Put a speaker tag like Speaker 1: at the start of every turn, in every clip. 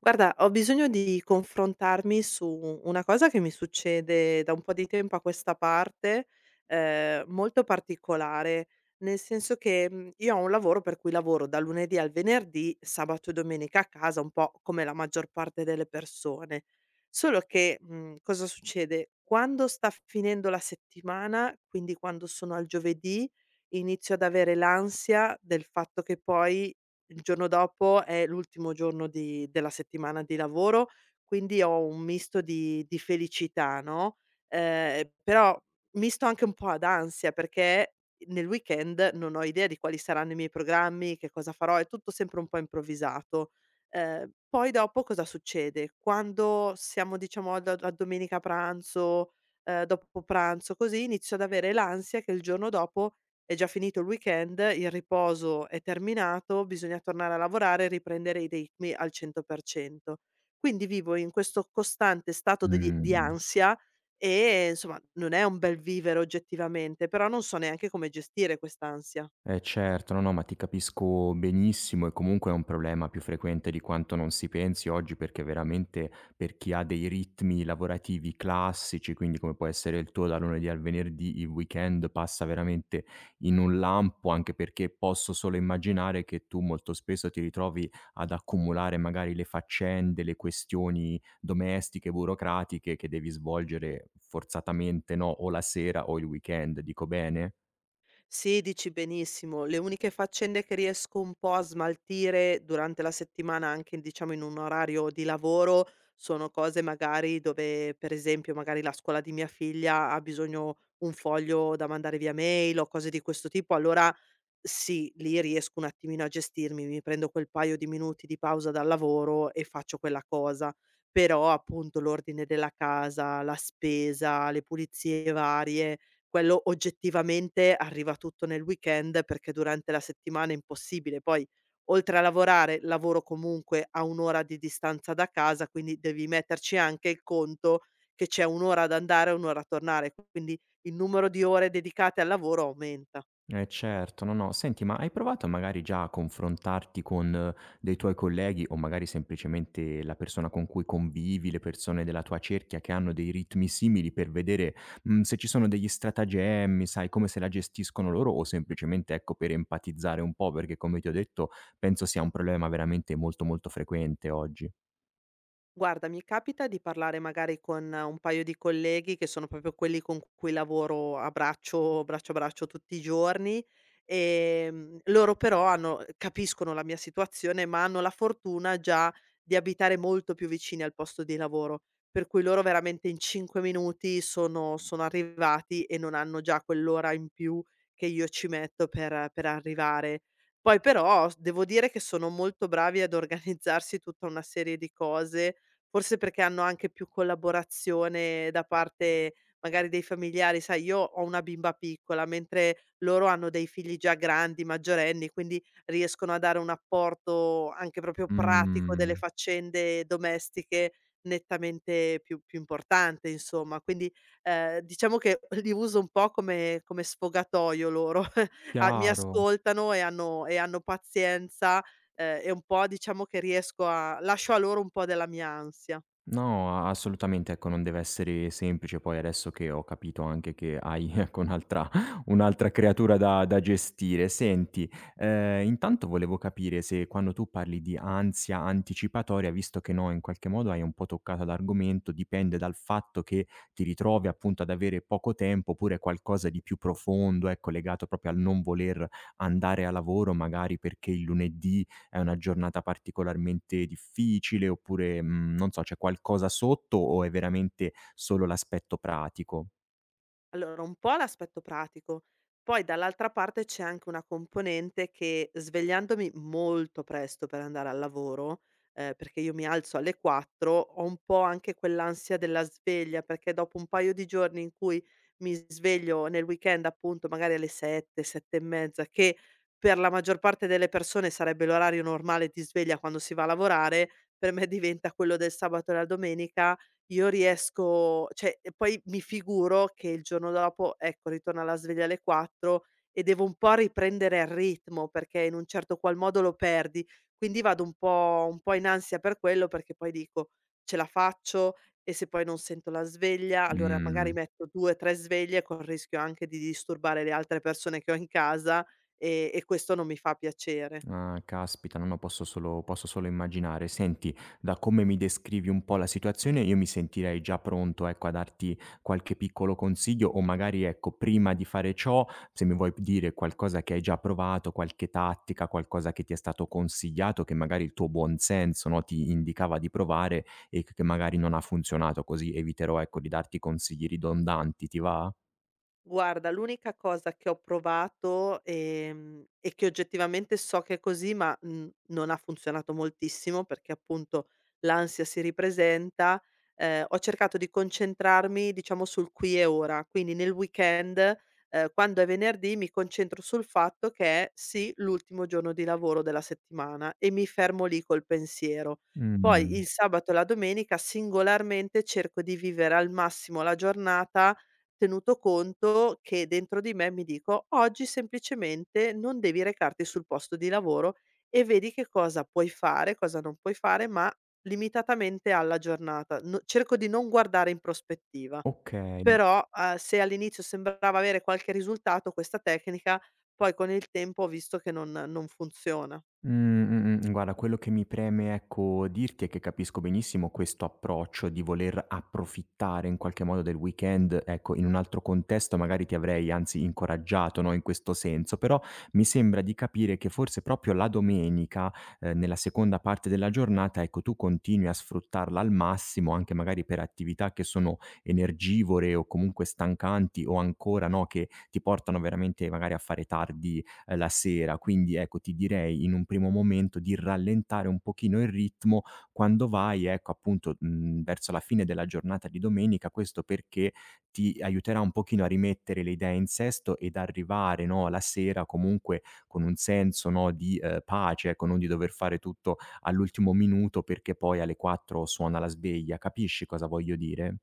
Speaker 1: Guarda, ho bisogno di confrontarmi su una cosa che mi succede da un po' di tempo a questa parte, molto particolare. Nel senso che, io ho un lavoro per cui lavoro da lunedì al venerdì, sabato e domenica a casa, un po' come la maggior parte delle persone. Solo che, cosa succede? Quando sta finendo la settimana, quindi quando sono al giovedì, inizio ad avere l'ansia del fatto che poi il giorno dopo è l'ultimo giorno di della settimana di lavoro, quindi ho un misto di felicità, no, però misto anche un po' ad ansia, perché nel weekend non ho idea di quali saranno i miei programmi, che cosa farò, è tutto sempre un po' improvvisato. Poi dopo cosa succede? Quando siamo diciamo ad a domenica pranzo, dopo pranzo così, inizio ad avere l'ansia che il giorno dopo è già finito il weekend, il riposo è terminato, bisogna tornare a lavorare e riprendere i ritmi al 100%. Quindi vivo in questo costante stato di
Speaker 2: Mh.
Speaker 1: ansia e, insomma, non è un bel vivere oggettivamente, però non so neanche come gestire quest'ansia.
Speaker 2: Eh certo, no, no, ma ti capisco benissimo e comunque è un problema più frequente di quanto non si pensi oggi, perché veramente per chi ha dei ritmi lavorativi classici, quindi come può essere il tuo, dal lunedì al venerdì, il weekend passa veramente in un lampo, anche perché posso solo immaginare che tu molto spesso ti ritrovi ad accumulare magari le faccende, le questioni domestiche, burocratiche che devi svolgere forzatamente, no, o la sera o il weekend, dico bene?
Speaker 1: Sì, dici benissimo. Le uniche faccende che riesco un po' a smaltire durante la settimana, anche diciamo in un orario di lavoro, sono cose magari dove, per esempio, magari la scuola di mia figlia ha bisogno un foglio da mandare via mail o cose di questo tipo. Allora sì, lì riesco un attimino a gestirmi, mi prendo quel paio di minuti di pausa dal lavoro e faccio quella cosa. Però appunto l'ordine della casa, la spesa, le pulizie varie, quello oggettivamente arriva tutto nel weekend perché durante la settimana è impossibile. Poi oltre a lavorare, lavoro comunque a un' ora di distanza da casa, quindi devi metterci anche il conto che c'è un' ora ad andare e un' ora a tornare, quindi il numero di ore dedicate al lavoro aumenta.
Speaker 2: Eh certo, no, no. Senti, ma hai provato magari già a confrontarti con dei tuoi colleghi o magari semplicemente la persona con cui convivi, le persone della tua cerchia che hanno dei ritmi simili per vedere, se ci sono degli stratagemmi, sai, come se la gestiscono loro o semplicemente, ecco, per empatizzare un po', perché come ti ho detto penso sia un problema veramente molto, molto frequente oggi.
Speaker 1: Guarda, mi capita di parlare magari con un paio di colleghi che sono proprio quelli con cui lavoro a braccio a braccio tutti i giorni, loro però hanno capiscono la mia situazione, ma hanno la fortuna già di abitare molto più vicini al posto di lavoro, per cui loro veramente in 5 minuti sono arrivati e non hanno già quell'ora in più che io ci metto per arrivare. Poi però s devo dire che sono molto bravi ad organizzarsi tutta una serie di cose. Forse perché hanno anche più collaborazione da parte magari dei familiari, sai io ho una bimba piccola, mentre loro hanno dei figli già grandi, maggiorenni, quindi riescono a dare un apporto anche proprio pratico delle
Speaker 2: Mh,
Speaker 1: faccende domestiche nettamente più importante insomma. Quindi, diciamo che li uso un po' come sfogatoio loro. A mi
Speaker 2: chiaro.
Speaker 1: ascoltano e hanno pazienza e un po' diciamo che riesco a lascio a loro un po' della mia ansia.
Speaker 2: No, a assolutamente, ecco, non deve essere semplice. Poi adesso che ho capito anche che hai ecco un'altra un'altra creatura da gestire. Senti, intanto volevo capire se quando tu parli di ansia anticipatoria, visto che, no, in qualche modo hai un po' toccato l'argomento, dipende dal fatto che ti ritrovi appunto ad avere poco tempo, oppure qualcosa di più profondo, ecco, legato proprio al non voler andare a lavoro magari perché il lunedì è una giornata particolarmente difficile oppure, non so, c'è qualcosa sotto o è veramente solo l'aspetto pratico?
Speaker 1: Allora, un po' l'aspetto pratico, poi dall'altra parte c'è anche una componente che svegliandomi molto presto per andare al lavoro, perché io mi alzo alle 4, ho un po' anche quell'ansia della sveglia, perché dopo un paio di giorni in cui mi sveglio nel weekend appunto magari alle 7, 7 e mezza, che per la maggior parte delle persone sarebbe l'orario normale di sveglia quando si va a lavorare, per me diventa quello del sabato e la domenica io riesco cioè, e poi mi figuro che il giorno dopo, ecco, ritorna la sveglia alle 4 e devo un po' riprendere il ritmo, perché in un certo qual modo lo perdi. Quindi vado un po' in ansia per quello, perché poi dico: "Ce la faccio?" E se poi non sento la sveglia, allora magari
Speaker 2: Mhmm
Speaker 1: metto 2, 3 sveglie, col rischio anche di disturbare le altre persone che ho in casa, e questo non mi fa piacere.
Speaker 2: Ah, caspita, no, no, posso solo immaginare. Senti, da come mi descrivi un po' la situazione, io mi sentirei già pronto, ecco, a darti qualche piccolo consiglio o magari, ecco, prima di fare ciò, se mi vuoi dire qualcosa che hai già provato, qualche tattica, qualcosa che ti è stato consigliato, che magari il tuo buon senso, no, ti indicava di provare e che magari non ha funzionato, così eviterò, ecco, di darti consigli ridondanti, ti va?
Speaker 1: Guarda, l'unica cosa che ho provato, e che oggettivamente so che è così, ma, non ha funzionato moltissimo perché appunto l'ansia si ripresenta, ho cercato di concentrarmi diciamo sul qui e ora. Quindi nel weekend, quando è venerdì mi concentro sul fatto che è, sì, l'ultimo giorno di lavoro della settimana e mi fermo lì col pensiero. Poi
Speaker 2: Mh,
Speaker 1: il sabato e la domenica singolarmente cerco di vivere al massimo la giornata. Tenuto conto che dentro di me mi dico: "Oggi semplicemente non devi recarti sul posto di lavoro e vedi che cosa puoi fare, cosa non puoi fare, ma limitatamente alla giornata." No, cerco di non guardare in prospettiva,
Speaker 2: okay.
Speaker 1: però, se all'inizio sembrava avere qualche risultato questa tecnica, poi con il tempo ho visto che non funziona.
Speaker 2: Mh-mh. Guarda, quello che mi preme, ecco, dirti è che capisco benissimo questo approccio di voler approfittare in qualche modo del weekend. Ecco, in un altro contesto magari ti avrei anzi incoraggiato, no, in questo senso, però mi sembra di capire che forse proprio la domenica, nella seconda parte della giornata, ecco, tu continui a sfruttarla al massimo, anche magari per attività che sono energivore o comunque stancanti o ancora, no, che ti portano veramente magari a fare tardi la sera. Quindi ecco, ti direi in un primo momento di rallentare un pochino il ritmo quando vai, ecco, appunto, verso la fine della giornata di domenica, questo perché ti aiuterà un pochino a rimettere le idee in sesto ed arrivare, no, la sera comunque con un senso, no, di, pace, ecco, non di dover fare tutto all'ultimo minuto perché poi alle 4 suona la sveglia. Capisci cosa voglio dire?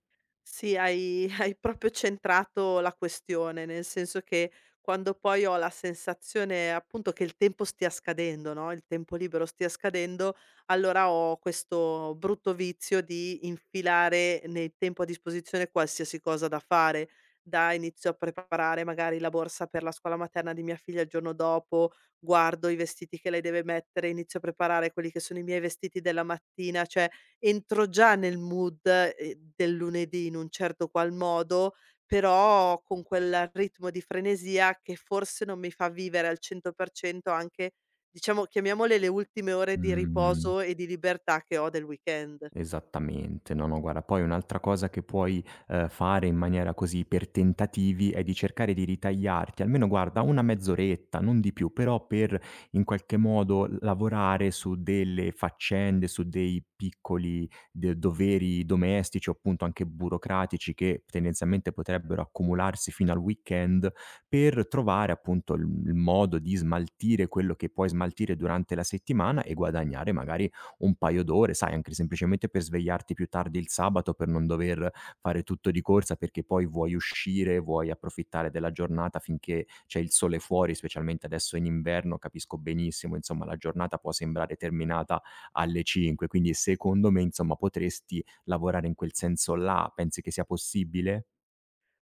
Speaker 1: Sì, hai hai proprio centrato la questione, nel senso che quando poi ho la sensazione appunto che il tempo stia scadendo, no, il tempo libero stia scadendo, allora ho questo brutto vizio di infilare nel tempo a disposizione qualsiasi cosa da fare. Da inizio a preparare magari la borsa per la scuola materna di mia figlia il giorno dopo, guardo i vestiti che lei deve mettere, inizio a preparare quelli che sono i miei vestiti della mattina, cioè entro già nel mood, del lunedì in un certo qual modo, però con quel ritmo di frenesia che forse non mi fa vivere al 100% anche, diciamo, chiamiamole le ultime ore di
Speaker 2: Mh.
Speaker 1: riposo e di libertà che ho del weekend.
Speaker 2: Esattamente. No, no, guarda, poi un'altra cosa che puoi, fare in maniera così per tentativi è di cercare di ritagliarti almeno guarda una mezz'oretta, non di più, però per in qualche modo l lavorare su delle faccende, su dei piccoli de doveri domestici o appunto anche burocratici che tendenzialmente potrebbero accumularsi fino al weekend, per trovare appunto il modo di smaltire quello che puoi smaltire durante la settimana e guadagnare magari un paio d'ore, sai, anche semplicemente per svegliarti più tardi il sabato, per non dover fare tutto di corsa, perché poi vuoi uscire, vuoi approfittare della giornata finché c'è il sole fuori, specialmente adesso in inverno, capisco benissimo, insomma, la giornata può sembrare terminata alle 5, quindi secondo me, insomma, potresti lavorare in quel senso là. Pensi che sia possibile?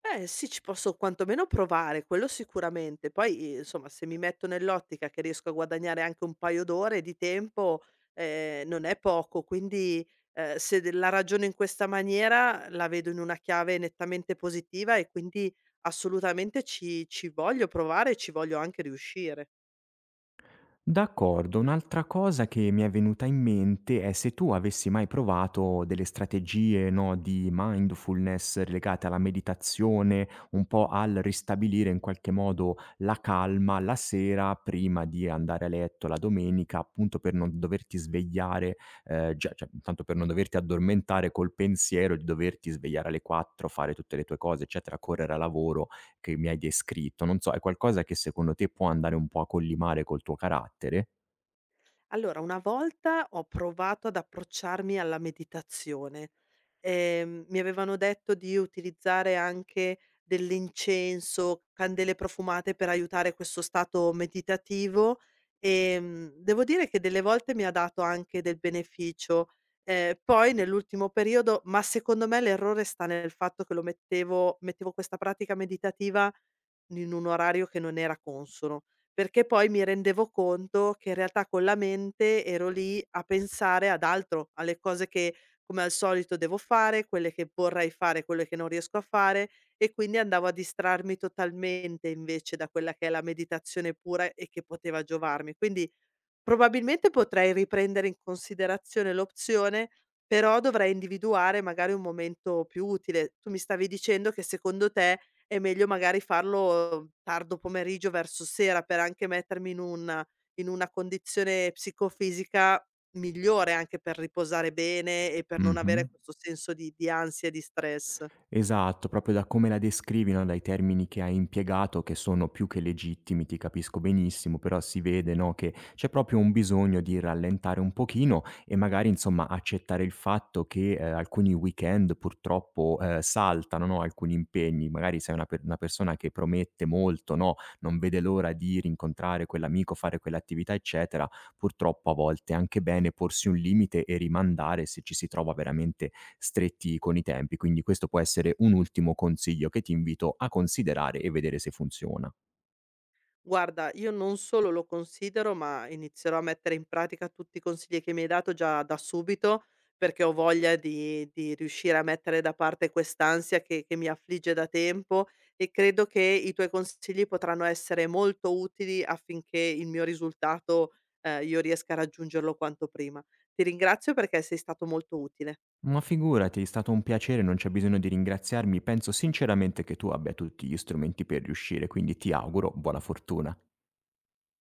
Speaker 1: Eh sì, ci posso quantomeno provare, quello sicuramente. Poi, insomma, se mi metto nell'ottica che riesco a guadagnare anche un paio d'ore di tempo, non è poco. Quindi, se de la ragiono in questa maniera, la vedo in una chiave nettamente positiva e quindi assolutamente ci voglio provare e ci voglio anche riuscire.
Speaker 2: D'accordo, un'altra cosa che mi è venuta in mente è se tu avessi mai provato delle strategie, no, di mindfulness legate alla meditazione, un po' al ristabilire in qualche modo la calma la sera prima di andare a letto la domenica, appunto per non doverti svegliare, già cioè tanto per non doverti addormentare col pensiero di doverti svegliare alle 4, fare tutte le tue cose, eccetera, correre a lavoro che mi hai descritto, non so, è qualcosa che secondo te può andare un po' a collimare col tuo carattere?
Speaker 1: Allora, una volta ho provato ad approcciarmi alla meditazione. Mi avevano detto di utilizzare anche dell'incenso, candele profumate per aiutare questo stato meditativo, devo dire che delle volte mi ha dato anche del beneficio. Poi nell'ultimo periodo, ma secondo me l'errore sta nel fatto che lo mettevo questa pratica meditativa in un orario che non era consono, perché poi mi rendevo conto che in realtà con la mente ero lì a pensare ad altro, alle cose che come al solito devo fare, quelle che vorrei fare, quelle che non riesco a fare e quindi andavo a distrarmi totalmente invece da quella che è la meditazione pura e che poteva giovarmi. Quindi probabilmente potrei riprendere in considerazione l'opzione, però dovrei individuare magari un momento più utile. Tu mi stavi dicendo che secondo te è meglio magari farlo tardo pomeriggio verso sera per anche mettermi in un in una condizione psicofisica migliore, anche per riposare bene e per non avere
Speaker 2: Mh-mh.
Speaker 1: questo senso di ansia e di stress.
Speaker 2: Esatto, proprio da come la descrivi, no, dai termini che hai impiegato che sono più che legittimi, ti capisco benissimo, però si vede, no, che c'è proprio un bisogno di rallentare un pochino e magari, insomma, accettare il fatto che, alcuni weekend purtroppo, saltano, no, alcuni impegni. Magari sei una per una persona che promette molto, no, non vede l'ora di rincontrare quell'amico, fare quell'attività, eccetera. Purtroppo a volte è anche bene porsi un limite e rimandare se ci si trova veramente stretti con i tempi, quindi questo può essere un ultimo consiglio che ti invito a considerare e vedere se funziona.
Speaker 1: Guarda, io non solo lo considero, ma inizierò a mettere in pratica tutti i consigli che mi hai dato già da subito, perché ho voglia di riuscire a mettere da parte quest'ansia che mi affligge da tempo e credo che i tuoi consigli potranno essere molto utili affinché il mio risultato, io riesca a raggiungerlo quanto prima. Ti ringrazio perché sei stato molto utile.
Speaker 2: Ma figurati, è stato un piacere, non c'è bisogno di ringraziarmi, penso sinceramente che tu abbia tutti gli strumenti per riuscire, quindi ti auguro buona fortuna.